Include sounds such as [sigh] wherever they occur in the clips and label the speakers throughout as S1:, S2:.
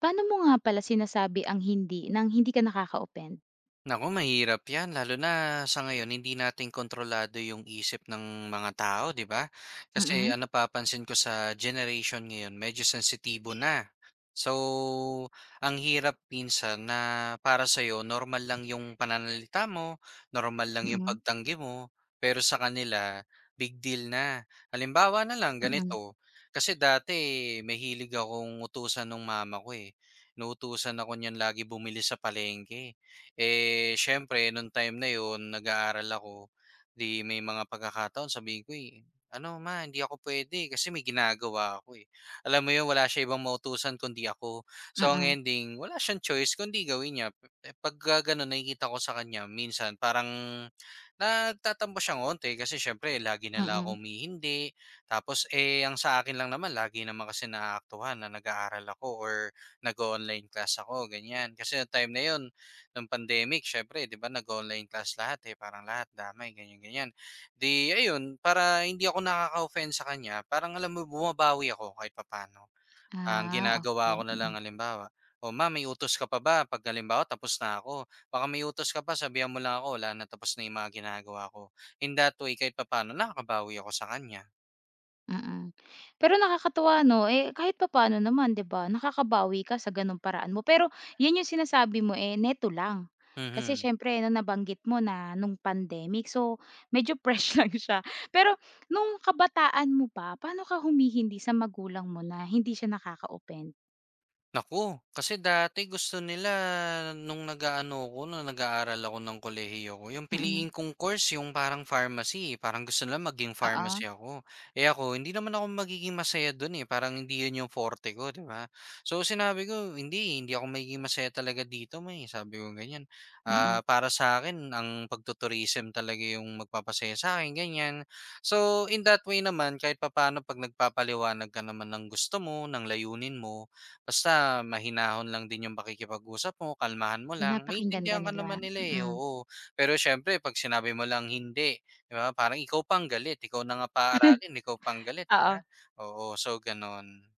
S1: Paano mo nga pala sinasabi ang hindi nang hindi ka nakaka-offend?
S2: Naku, mahirap 'yan lalo na sa ngayon, hindi natin kontrolado yung isip ng mga tao, 'di ba? Kasi
S1: Mm,
S2: ang napapansin ko sa generation ngayon medyo sensitibo na. So ang hirap minsan na para sa'yo normal lang yung pananalita mo, normal lang yung
S1: mm,
S2: pagtanggi mo, pero sa kanila big deal na. Halimbawa na lang
S1: mm,
S2: ganito, kasi dati mahilig akong utusan ng mama ko, eh. Inuutusan ako niyan lagi bumili sa palengke. Eh, siyempre nung time na yun nag-aaral ako, 'di may mga pagkakataon sabihin ko, eh, "Ano ma, hindi ako pwede kasi may ginagawa ako, eh." Alam mo yun, wala siya ibang mautusan kundi ako. So ang
S1: mm,
S2: ending wala siyang choice kundi gawin niya. Eh, pagka gano'n nakikita ko sa kanya minsan parang nagtatampo siyang onte kasi siyempre lagi na lang ako
S1: mm.
S2: humihindi. Tapos, eh, ang sa akin lang naman lagi naman kasi naaktuhan na nag-aaral ako or nag online class ako, ganyan. Kasi nung time na yon. Nung pandemic syempre, 'di ba nag-online class lahat, eh, parang lahat damay ganyan, ganyan. 'Di ayun, para hindi ako nakaka-offend sa kanya parang alam mo bumabawi ako kahit papaano. Ang
S1: Ah,
S2: ginagawa ko
S1: okey,
S2: na
S1: mm,
S2: lang halimbawa, "O ma'am may utos ka pa ba 'pag halimbawa tapos na ako? Baka may utos ka pa, sabihan mo lang ako wala na, tapos na yung mga ginagawa ko." In that way kahit papaano nakakabawi ako sa kanya.
S1: mm. Pero nakakatuwa 'no, eh, kahit papaano naman 'di ba, nakakabawi ka sa gano'ng paraan mo. Pero 'yan yung sinasabi mo, eh, neto lang. Kasi
S2: Mhm.
S1: siyempre nung nabanggit mo na nung pandemic, so medyo [laughs] fresh lang siya. Pero nung kabataan mo pa, paano ka humihindi sa magulang mo na hindi siya nakaka-offend?
S2: Naku, kasi dati gusto nila nung nag-aano ako, nung nag-aaral ako ng kolehiyo ko, yung
S1: Mm,
S2: piliin kong course, yung parang pharmacy, parang gusto nila maging
S1: oo,
S2: pharmacy ako. Eh, ako hindi naman ako magiging masaya dun, eh, parang hindi yun yung forte ko, 'di ba? So sinabi ko, "Hindi, hindi ako magiging masaya talaga dito, May." Sabi ko ganyan.
S1: mm.
S2: "Ah, para sa akin ang pagtu talaga yung magpapasaya sa akin ganyan. So in that way naman kahit papaano 'pag nagpapaliwanag ka naman ng gusto mo, ng layunin mo, basta mahinahon lang din yung pakikipag-usap mo, kalmahan mo lang,
S1: Pinapakinggan ka
S2: maintindihan ka
S1: nila,
S2: naman nila, eh,
S1: mm.
S2: oo. Pero siyempre 'pag sinabi mo lang hindi, 'di ba, parang ikaw pang galit, ikaw na nga
S1: [laughs]
S2: paaralin, ikaw pang galit, 'di
S1: Oo.
S2: ba? Oo, so gano'n.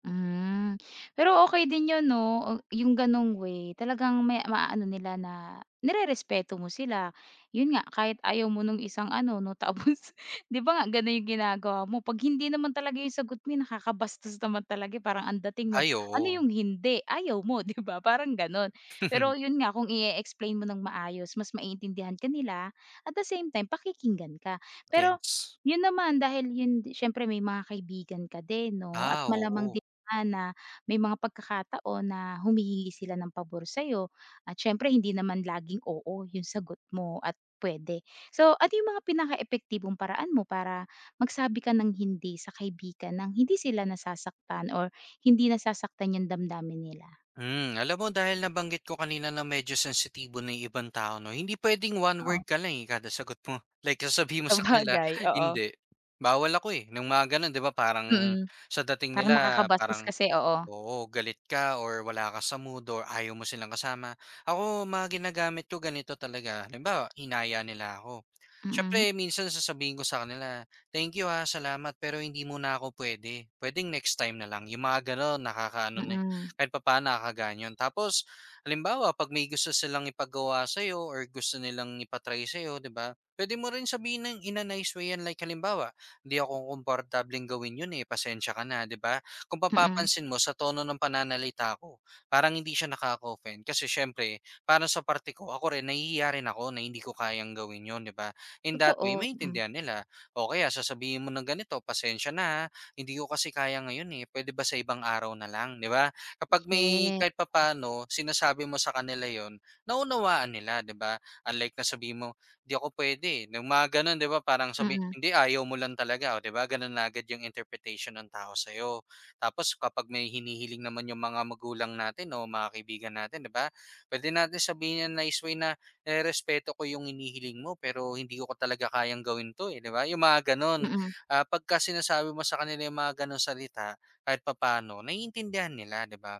S1: Hmm, pero okay din 'yun 'no, yung gano'ng way talagang may maaano nila na nirerespeto mo sila. 'Yun nga kahit ayaw mo nung isang ano 'no, tapos [laughs] 'di ba nga gano'n yung ginagawa mo, 'pag hindi naman talaga yung sagot mo, eh, nakakabastos naman talaga, eh, parang ang dating nun,
S2: Ay,
S1: ano
S2: oo.
S1: yung hindi, ayaw mo [laughs] 'di ba, parang gano'n. Pero
S2: [laughs]
S1: 'yun nga kung i explain mo ng maayos mas maiintindihan ka nila, at the same time pakikinggan ka. Pero
S2: Yes.
S1: 'yun naman dahil 'yun siyempre may mga kaibigan ka din 'no, at
S2: Ah,
S1: malamang
S2: oo.
S1: ah, na may mga pagkakataon na humihingi sila ng pabor sa'yo at siyempre hindi naman laging oo yung sagot mo at pwede. So, ano yung mga epektibong paraan mo para magsabi ka ng hindi sa kaibigan nang hindi sila nasasaktan or hindi nasasaktan yung damdamin nila?
S2: Hmm, alam mo dahil nabanggit ko kanina na medyo sensitibo na yung ibang tao 'no, hindi puwedeng one word
S1: Oo,
S2: ka lang, eh, kada sagot mo. [laughs] Like sasabihin mo sa kanila,
S1: sabagay, oo.
S2: "Hindi, bawal ako, eh," nung mga gano'n, 'di ba, parang
S1: Mm,
S2: sa dating
S1: parang
S2: nila
S1: nakakabastos
S2: parang
S1: kasi, oo.
S2: oo, galit ka or wala ka sa mood or ayaw mo silang kasama. Ako, mga ginagamit ko ganito talaga. Halimbawa, hinaya nila ako.
S1: Mm,
S2: Siyempre, minsan sasabihin ko sa kanila, "Thank you ha, salamat, pero hindi muna ako pwede. Pwedeng next time na lang." Yung mga gano'n, nakakaano na,
S1: mm,
S2: kahit pa paano nakakaganyan. Tapos, halimbawa, pag may gusto silang ipagawa sa'yo or gusto nilang ipatry sa'yo, di ba? Pwede mo rin sabihin ng in a nice way yan. Like, halimbawa, "Hindi ako komportableng gawin yun eh, pasensya ka na," di ba? Kung
S1: mm,
S2: papapansin mo sa tono ng pananalita ko, parang hindi siya nakaka-offend kasi siyempre parang sa parte ko, ako rin nahihiya rin ako na hindi ko kayang gawin 'yun, 'di ba? In that way
S1: totoo, mm.
S2: maintindihan nila, o kaya sasabihin mo ng ganito, "Pasensya na, hindi ko kasi kaya ngayon, eh, pwede ba sa ibang araw na lang?" 'Di ba? Kapag may
S1: Yes,
S2: kahit papano, sinasabi mo sa kanila yon, naunawaan nila, 'di ba? Unlike na sabi mo, "Di ako pwede." Yung mga gano'n, 'di ba? Parang sabi,
S1: mm,
S2: "Hindi, ayaw mo lang talaga," o 'di ba? Gano'n na agad yung interpretation ng tao sa'yo. Tapos kapag may hinihiling naman yung mga magulang natin o mga kaibigan natin, 'di ba? Puwede natin sabihin ng nice way na, "Eh, respeto ko yung hinihiling mo pero hindi ko talaga kayang gawin 'to, eh." 'Di ba, yung mga gano'n.
S1: mm,
S2: Ah, pagka sinasabi mo sa kanila yung mga gano'ng salita kahit papaano naiintindihan nila, 'di ba?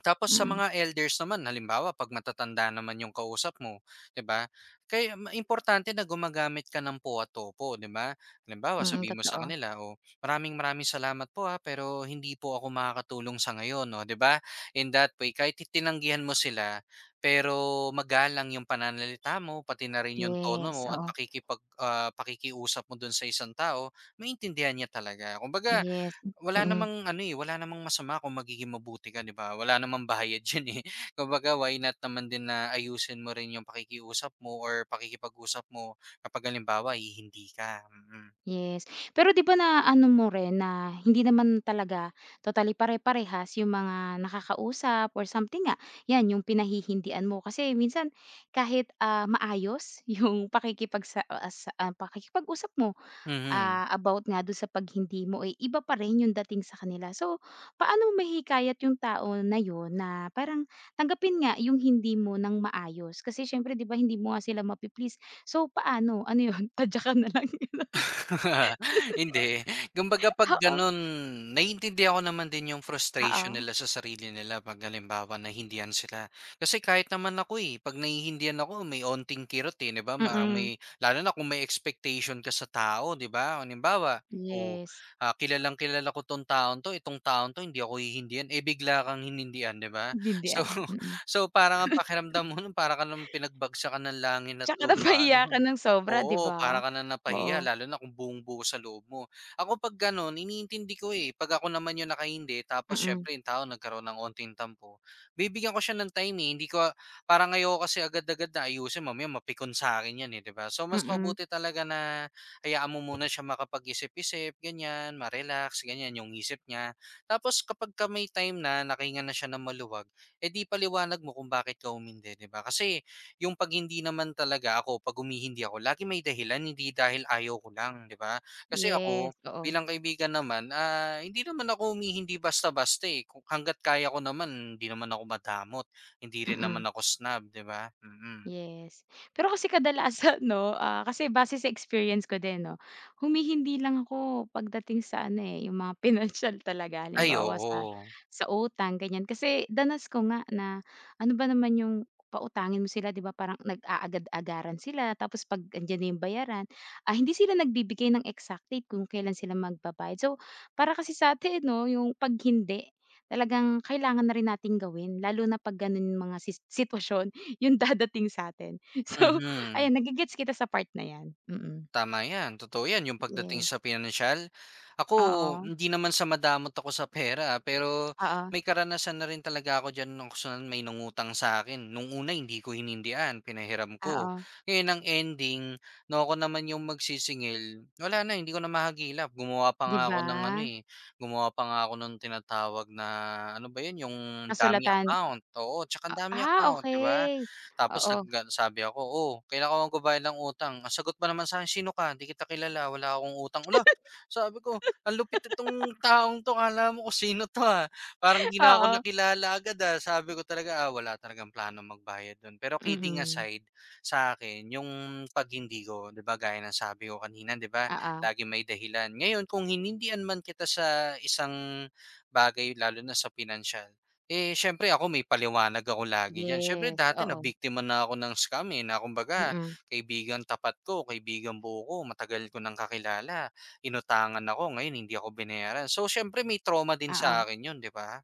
S2: Tapos sa
S1: mm,
S2: mga elders naman, halimbawa 'pag matatanda naman yung kausap mo, 'di ba? Kaya ma importante na gumagamit ka ng po at opo, 'di ba? Halimbawa
S1: mm,
S2: sabi mo sa
S1: totoo.
S2: kanila, "Oh, maraming maraming salamat po, ah, pero hindi po ako makakatulong sa ngayon." Oh, 'di ba? In that way kahit tinanggihan mo sila, pero magalang yung pananalita mo, pati na rin yung tono mo
S1: Yes,
S2: at
S1: oo.
S2: pakikiusap mo dun sa isang tao, maintindihan niya talaga. Kumbaga
S1: Yes,
S2: wala
S1: mm,
S2: namang ano, eh, wala namang masama kung magiging mabuti ka, 'di ba? Wala namang bayad [laughs] diyan, eh. Kumbaga, why not naman din na ayusin mo rin yung pakikiusap mo or pakikipag-usap mo kapag halimbawa eh, hindi ka.
S1: yes. Pero 'di ba naano mo rin na hindi naman talaga totally pare-parehas yung mga nakakausap or something nga, 'yan yung pinahihindian mo kasi minsan kahit, ah, maayos [laughs] yung pakikipagsa ah, sa ah, pakikipag-usap mo
S2: Mhm.
S1: ah, about nga dun sa 'pag hindi mo, eh, iba pa rin yung dating sa kanila. So, paano mo mahihikayat yung tao na yun na parang tanggapin nga yung hindi mo nang maayos? Kasi siyempre 'di ba hindi mo nga sila mapi So, paano? Ano yun, [laughs] tadyakan na lang? [laughs]
S2: [laughs] Hindi, kumbaga 'pag
S1: Oo,
S2: gano'n, naiintindihan ko naman din yung frustration
S1: oo.
S2: nila sa sarili nila 'pag halimbawa nahindihan sila. Kasi kahit naman ako, eh, 'pag nahihindihan ako may onting kirot, eh, 'di ba? Parang
S1: Mm.
S2: may, lalo na kung may expectation ka sa tao, 'di ba? Halimbawa, oh,
S1: Yes,
S2: ah, kilalang-kilala ko 'tong taong 'to, itong taong 'to hindi ako hihindihan, eh, bigla kang hinindihan, 'di ba? So
S1: intindihan,
S2: [laughs]
S1: mm.
S2: so parang ang pakiramdam mo nun para ka namang pinagbagsakan ng langit at
S1: Tsaka
S2: lupa nun.
S1: napaiyakan ng sobra 'di
S2: Oo,
S1: ba?
S2: para ka na
S1: Oo,
S2: napahiya lalo na kung buong-buo sa loob mo. Ako 'pag gano'n iniintindi ko, eh, 'pag ako naman yung nakahindi tapos
S1: mm,
S2: siyempre yung tao nagkaroon ng onting tampo, bibigyan ko siya ng time, eh, hindi ko, parang ayoko kasi agad-agad na ayusin, mamaya mapikon sa'kin 'yan, eh, 'di ba? So mas
S1: mm.
S2: mabuti talaga na hayaan mo muna siya makapag-isip-isip ganyan, ma-relax ganyan yung isip niya. Tapos kapagka may time na, nakahinga na siya ng maluwag, eh, di paliwanag mo kung bakit ka umindi, 'di ba? Kasi yung 'pag hindi naman talaga ako 'pag humihindi ako lagi may dahilan, hindi dahil ayaw ko lang, 'di ba? Kasi ako
S1: Yes, oo,
S2: bilang kaibigan naman, ah, hindi naman ako humihindi basta-basta, eh, kung hangga't kaya ko naman hindi naman ako madamot, hindi rin naman
S1: mm.
S2: ako snob, 'di ba? Mm.
S1: Yes. Pero kasi kadalasan [laughs] 'no, ah, kasi base sa experience ko din 'no, humihindi lang ako pagdating sa ano, eh, yung mga [laughs] pinansiyal talaga.
S2: Ay
S1: Halimbawa sa
S2: oo,
S1: sa utang ganyan. Kasi danas ko nga na ano ba naman yung pautangin mo sila 'di ba parang nag-aagad-agaran sila tapos 'pag andiyan na yung bayaran, ah, hindi sila nagbibigay ng exact date kung kailan sila magbabayad. So, para kasi sa'tin 'no, yung 'pag hindi, talagang kailangan na rin nating gawin lalo na 'pag gano'n mga sis sitwasyon. 'Yung dadating sa'tin. [laughs] So,
S2: mhm.
S1: ayan nagigets kita sa part na 'yan, mm.
S2: Tama 'yan, totoo 'yan, yung pagdating
S1: Yes,
S2: sa pinansyal. Ako
S1: oo,
S2: hindi naman sa madamot ako sa pera, ah, pero
S1: oo,
S2: may karanasan na rin talaga ako diyan nung sa may nangutang sa akin. Nung una hindi ko hinindian, pinahiram ko.
S1: oo,
S2: Ngayon ang ending, na ako naman yung magsisingil, wala, na hindi ko na mahagilap. Gumawa pa
S1: 'di
S2: nga ako
S1: ba?
S2: ng ano, eh, gumawa pa nga ako nung tinatawag na ano ba 'yun, yung dummy
S1: Kasulatan
S2: account, oo, 'tsaka
S1: a
S2: dummy
S1: ah,
S2: account, 'di ba?
S1: okay.
S2: Tapos
S1: Oo,
S2: nag ano, sabi ako, "Oh, kailangan ko magbabayad ng utang." Ang sagot pa naman sa'kin, "Sino ka? 'Di kita kilala, wala akong utang." Hala, sabi ko, "Ang lupit nitong taong 'to, akala mo kung sino 'to, ah." Parang
S1: [laughs]
S2: 'di na ako
S1: oo,
S2: nakilala agad, ah. Sabi ko talaga, "Ah, wala talagang plano magbayad dun." Pero kidding
S1: mm,
S2: aside, sa akin, yung 'pag hindi ko 'di ba, gaya ng sabi ko kanina, 'di ba,
S1: oo.
S2: lagi may dahilan. Ngayon kung hinindihan man kita sa isang bagay lalo na sa pinansiyal, eh, siyempre ako may paliwanag ako lagi diyan. Siyempre
S1: Yes,
S2: dati na
S1: oo,
S2: biktima na ako ng scam, eh, na kumbaga
S1: mm,
S2: kaibigang tapat ko, kaibigang buo ko, matagal ko nang kakilala, inutangan ako, ngayon hindi ako binayaran. So siyempre may trauma din sa
S1: oo.
S2: akin 'yun, 'di ba?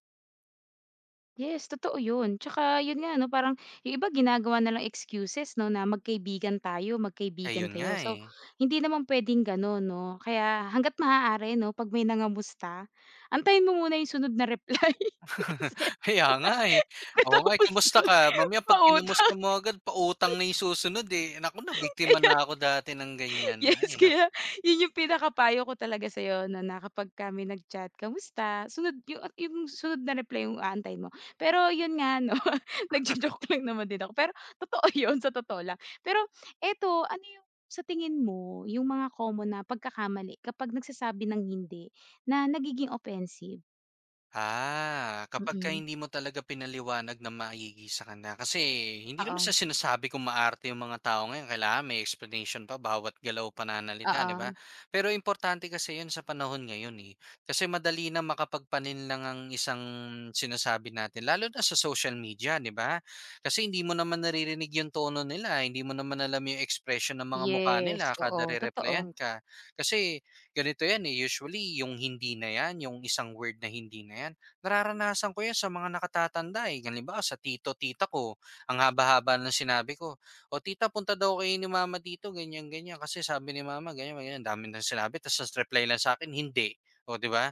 S1: Yes, totoo 'yun. Tsaka 'yun nga 'no, parang yung iba ginagawa na lang excuses 'no, na magkaibigan tayo,
S2: Eh,
S1: magkaibigan
S2: 'yun nga,
S1: kayo. So,
S2: eh.
S1: hindi naman puwedeng gano'n 'no. Kaya hangga't maaari 'no, 'pag may nangamusta, antayin mo muna yung sunod na reply [laughs]
S2: [laughs]
S1: kasi
S2: Kaya nga, eh.
S1: [laughs]
S2: Oo nga, eh,
S1: pagkatapos
S2: kamusta
S1: nun,
S2: ka? Mamaya 'pag kinamusta
S1: pautang
S2: mo agad pautang na 'yung susunod, eh. Naku, na,
S1: [laughs]
S2: biktima
S1: kaya.
S2: na ako dati ng ganyan.
S1: Yes,
S2: Ay, naku.
S1: kaya yun yung pinakapayo ko talaga sa'yo na na kapag kami nag-chat, "Kamusta?" Sunod yung at yung sunod na reply yung aantayin mo. Pero yun nga 'no, [laughs] nagjo-joke lang naman din ako, pero totoo [laughs] yun, sa totoo lang. Pero eto, ano yung sa tingin mo yung mga common na pagkakamali kapag nagsasabi ng hindi na nagiging offensive?
S2: Ah, kapagka
S1: Mm.
S2: hindi mo talaga pinaliwanag na maigi sa kanya kasi hindi naman sa
S1: Oo,
S2: sinasabi kung maarte yung mga tao ngayon kailangan may explanation pa bawat galaw, pananalita, 'di ba?
S1: oo.
S2: Pero importante kasi 'yun sa panahon ngayon, eh, kasi madali na makapagpanin lang ang isang sinasabi natin lalo na sa social media, 'di ba? Kasi hindi mo naman naririnig yung tono nila, hindi mo naman alam yung expression ng mga mukha
S1: Yes,
S2: nila kada
S1: oo, totoo.
S2: re-replyan ka. Kasi ganito 'yan, eh, usually yung hindi na 'yan, yung isang word na hindi na 'yan, nararanasan ko 'yan sa mga nakatatanda, eh. Halimbawa sa tito, tita ko, ang haba-haba ng sinabi ko, "O tita, punta daw kayo ni mama dito, ganyan, ganyan, kasi sabi ni mama ganyan, ganyan." Ang dami ng sinabi tapos ang reply lang sa akin, "Hindi." O 'di ba?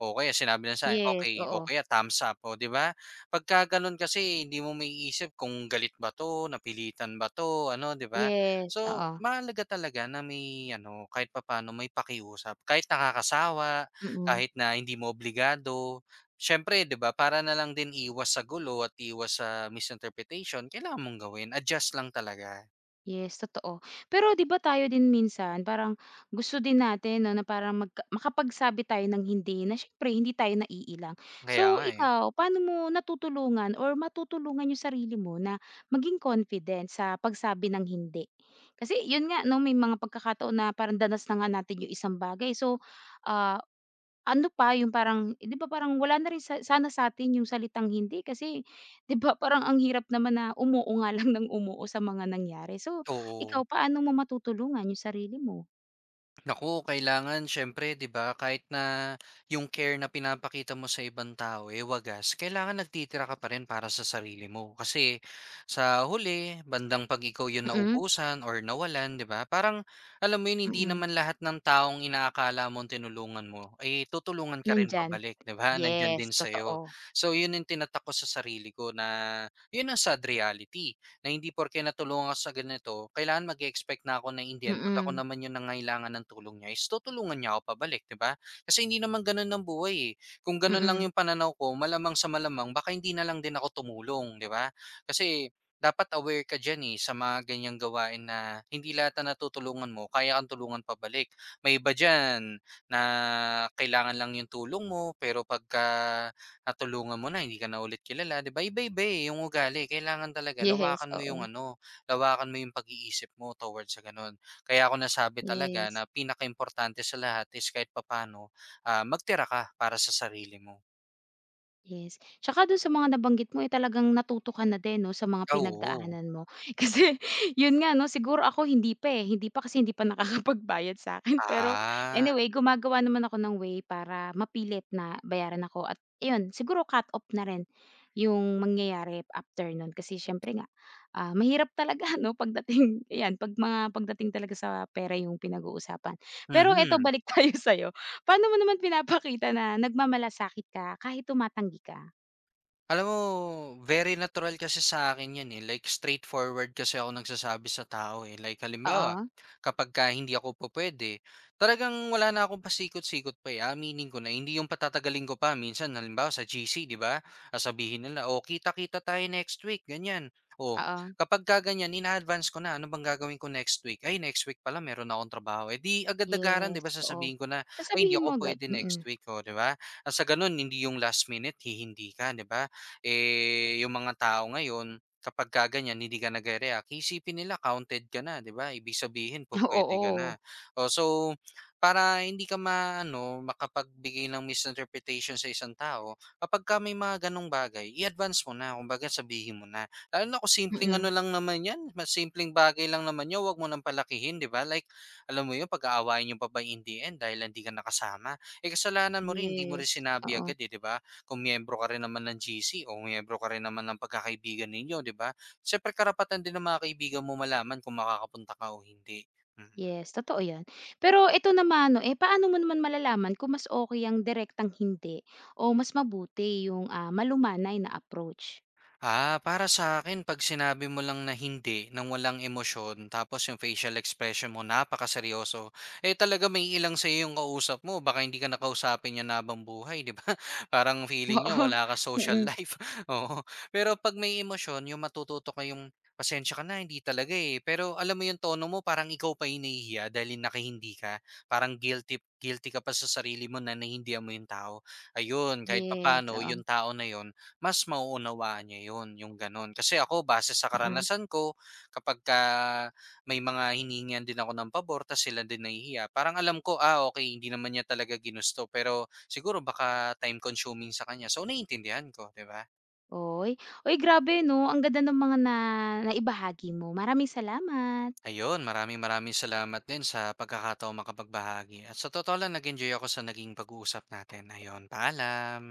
S2: O kaya sinabi lang sa'kin,
S1: Yes,
S2: "Okay." O
S1: oo.
S2: kaya thumbs up, oh, 'di ba? Pagka gano'n kasi hindi mo maiisip kung galit ba 'to, napilitan ba 'to, ano, 'di ba?
S1: Yes,
S2: So
S1: oo.
S2: mahalaga talaga na may ano, kahit papaano may pakiusap, kahit nakakasawa,
S1: Mm.
S2: kahit na hindi mo obligado. Siyempre, 'di ba, para na lang din iwas sa gulo at iwas sa misinterpretation, kailangan mong gawin, adjust lang talaga.
S1: Yes, totoo. Pero 'di ba tayo din minsan parang gusto din natin 'no, na parang magka makapagsabi tayo ng hindi na siyempre hindi tayo naiilang.
S2: Kaya
S1: So
S2: nga eh,
S1: ikaw, paano mo natutulungan or matutulungan yung sarili mo na maging confident sa pagsabi ng hindi? Kasi yun nga 'no, may mga pagkakataon na parang danas na nga natin yung isang bagay. So, ah, ano pa yung parang eh, 'di ba parang wala na rin sa sana sa'tin yung salitang hindi kasi 'di ba parang ang hirap naman na umuo nga lang ng umuo sa mga nangyari. So, ikaw
S2: oo.
S1: paano mo matutulungan yung sarili mo?
S2: Naku, kailangan siyempre 'di ba, kahit na yung care na pinapakita mo sa ibang tao, eh, wagas, kailangan nagtitira ka pa rin para sa sarili mo. Kasi sa huli, bandang 'pag ikaw yung
S1: Mm,
S2: naubusan or nawalan, 'di ba, parang alam mo yun, hindi
S1: mm.
S2: naman lahat ng taong inaakala mong tinulungan mo, eh, tutulungan ka rin
S1: Nandiyan.
S2: pabalik, 'di ba, nandiyan
S1: Yes,
S2: din sa'yo.
S1: totoo.
S2: So yun yung tinatak ko sa sarili ko na yun ang sad reality na hindi porke natulungan ka sa ganito, kailangan mag expect na ako na Indian the end 'pag ako
S1: Mm,
S2: naman yung nangangailangan ng tulong niya is tutulungan niya ako pabalik, 'di ba? Kasi hindi naman gano'n ng buhay, eh. Kung gano'n lang
S1: mm.
S2: yung pananaw ko, malamang sa malamang baka hindi na lang din ako tumulong, 'di ba? Kasi dapat aware ka diyan, eh, sa mga ganyang gawain na hindi lahat na natutulungan mo kaya kang tulungan pabalik. May iba diyan na kailangan lang yung tulong mo pero pagka natulungan mo na, hindi ka na ulit kilala, 'di ba? Iba-iba, eh, yung ugali, kailangan talaga
S1: Yes,
S2: lawakan mo yung
S1: oo.
S2: ano, lawakan mo yung pag-iisip mo towards sa gano'n. Kaya ako nasabi talaga
S1: Yes.
S2: na pinakaimportante sa lahat is kahit papaano, magtira ka para sa sarili mo.
S1: Yes, tsaka dun sa mga nabanggit mo, eh, talagang natuto ka na din 'no, sa mga
S2: Ah, oo.
S1: pinagdaanan mo. [laughs] Kasi yun nga 'no, siguro ako hindi pa, eh, hindi pa kasi hindi pa nakakapagbayad sa akin. [laughs] Pero
S2: Ah,
S1: anyway, gumagawa naman ako ng way para mapilit na bayaran ako at iyon, siguro cut off na rin yung mangyayari after nun. Kasi siyempre nga, ah, mahirap talaga [laughs] 'no, pagdating ayan, 'pag pagdating talaga sa pera yung pinag-uusapan. Pero eto,
S2: mhm.
S1: balik tayo [laughs] sa'yo. Paano mo naman pinapakita na nagmamalasakit ka kahit tumatanggi ka?
S2: Alam mo, very natural kasi sa akin 'yan, eh, like straightforward kasi ako nagsasabi sa tao, eh. Like halimbawa,
S1: Oo,
S2: kapagka hindi ako po pupuwede, talagang wala na akong pasikot-sikot pa, eh, aaminin ko na. Hindi yung patatagalin ko pa. Minsan halimbawa sa GC, 'di ba, sasabihin nila, "O kita-kita tayo next week," ganyan. Oh,
S1: oo.
S2: kapagka ganyan ina-advance ko na, "Ano bang gagawin ko next week? Ay, next week pala meron akong trabaho." Eh, 'di agad-agaran, 'di
S1: Yes,
S2: ba,
S1: oo.
S2: sasabihin ko na, "Ay, hindi
S1: Sasabihin mo
S2: ako
S1: agad,
S2: puwede next
S1: mm.
S2: week," oh, 'di ba? At sa gano'n, hindi yung last minute hihindi ka, 'di ba? Eh, yung mga tao ngayon kapagka ganyan hindi ka nagre-react, iisipin nila counted ka na, 'di ba? Ibig sabihin
S1: [laughs]
S2: pupuwede ka
S1: Oo,
S2: na. Oh, so para hindi ka maano makapagbigay ng misinterpretation sa isang tao, kapagka may mga gano'ng bagay i-advance mo na, kumbaga sabihin mo na. Lalo na kung simpleng ano
S1: mm.
S2: lang naman 'yan, mas simpleng bagay lang naman yun. Wag mo ng palakihin, 'di ba? Like alam mo 'yun, pag-aawayan niyo pa ba in the end dahil hindi ka nakasama, eh, kasalanan mo rin hindi mo rin
S1: Yes,
S2: sinabi
S1: oo.
S2: agad, eh, 'di ba? Kung miyembro ka rin naman ng GC o miyembro ka rin naman ng pagkakaibigan ninyo, 'di ba? Siyempre karapatan din ng mga kaibigan mo malaman kung makakapunta ka o hindi. Mm.
S1: Yes, totoo 'yan. Pero ito naman 'no, eh, paano mo naman malalaman kung mas okey ang direktang hindi o mas mabuti yung, ah, malumanay na approach?
S2: Ah, para sa akin 'pag sinabi mo lang na hindi ng walang emosyon tapos yung facial expression mo napakaseryoso, eh, talaga maiilang sa'yo yung kausap mo, baka hindi ka na niya niyan habang buhay, 'di ba? [laughs] Parang feeling niya
S1: [laughs] Oo,
S2: wala kang social
S1: mm.
S2: life. [laughs] Oo. Pero 'pag may emosyon yung matututo kayong, "Pasensya ka na, hindi talaga, eh." Pero alam mo yung tono mo parang ikaw pa yung nahihiya dahil nakahindi ka, parang guilty guilty ka pa sa sarili mo na nahindihan mo yung tao. Ayun, kahit
S1: Yes,
S2: papaano
S1: oo,
S2: yung tao na yun mas mauunawaan niya 'yun, yung gano'n. Kasi ako base sa
S1: mm.
S2: karanasan ko, kapagka may mga hinihingian din ako ng pabor tas sila din nahihiya, parang alam ko, ah, okay, hindi naman niya talaga ginusto pero siguro baka time consuming sa kanya, so naiintindihan ko, 'di ba?
S1: Oy, uy grabe 'no, ang ganda ng mga naibahagi mo. Maraming salamat.
S2: Ayun, maraming-maraming salamat din sa pagkakataong makapagbahagi at sa totoo lang nag-enjoy ako sa naging pag-uusap natin. Ayun, paalam.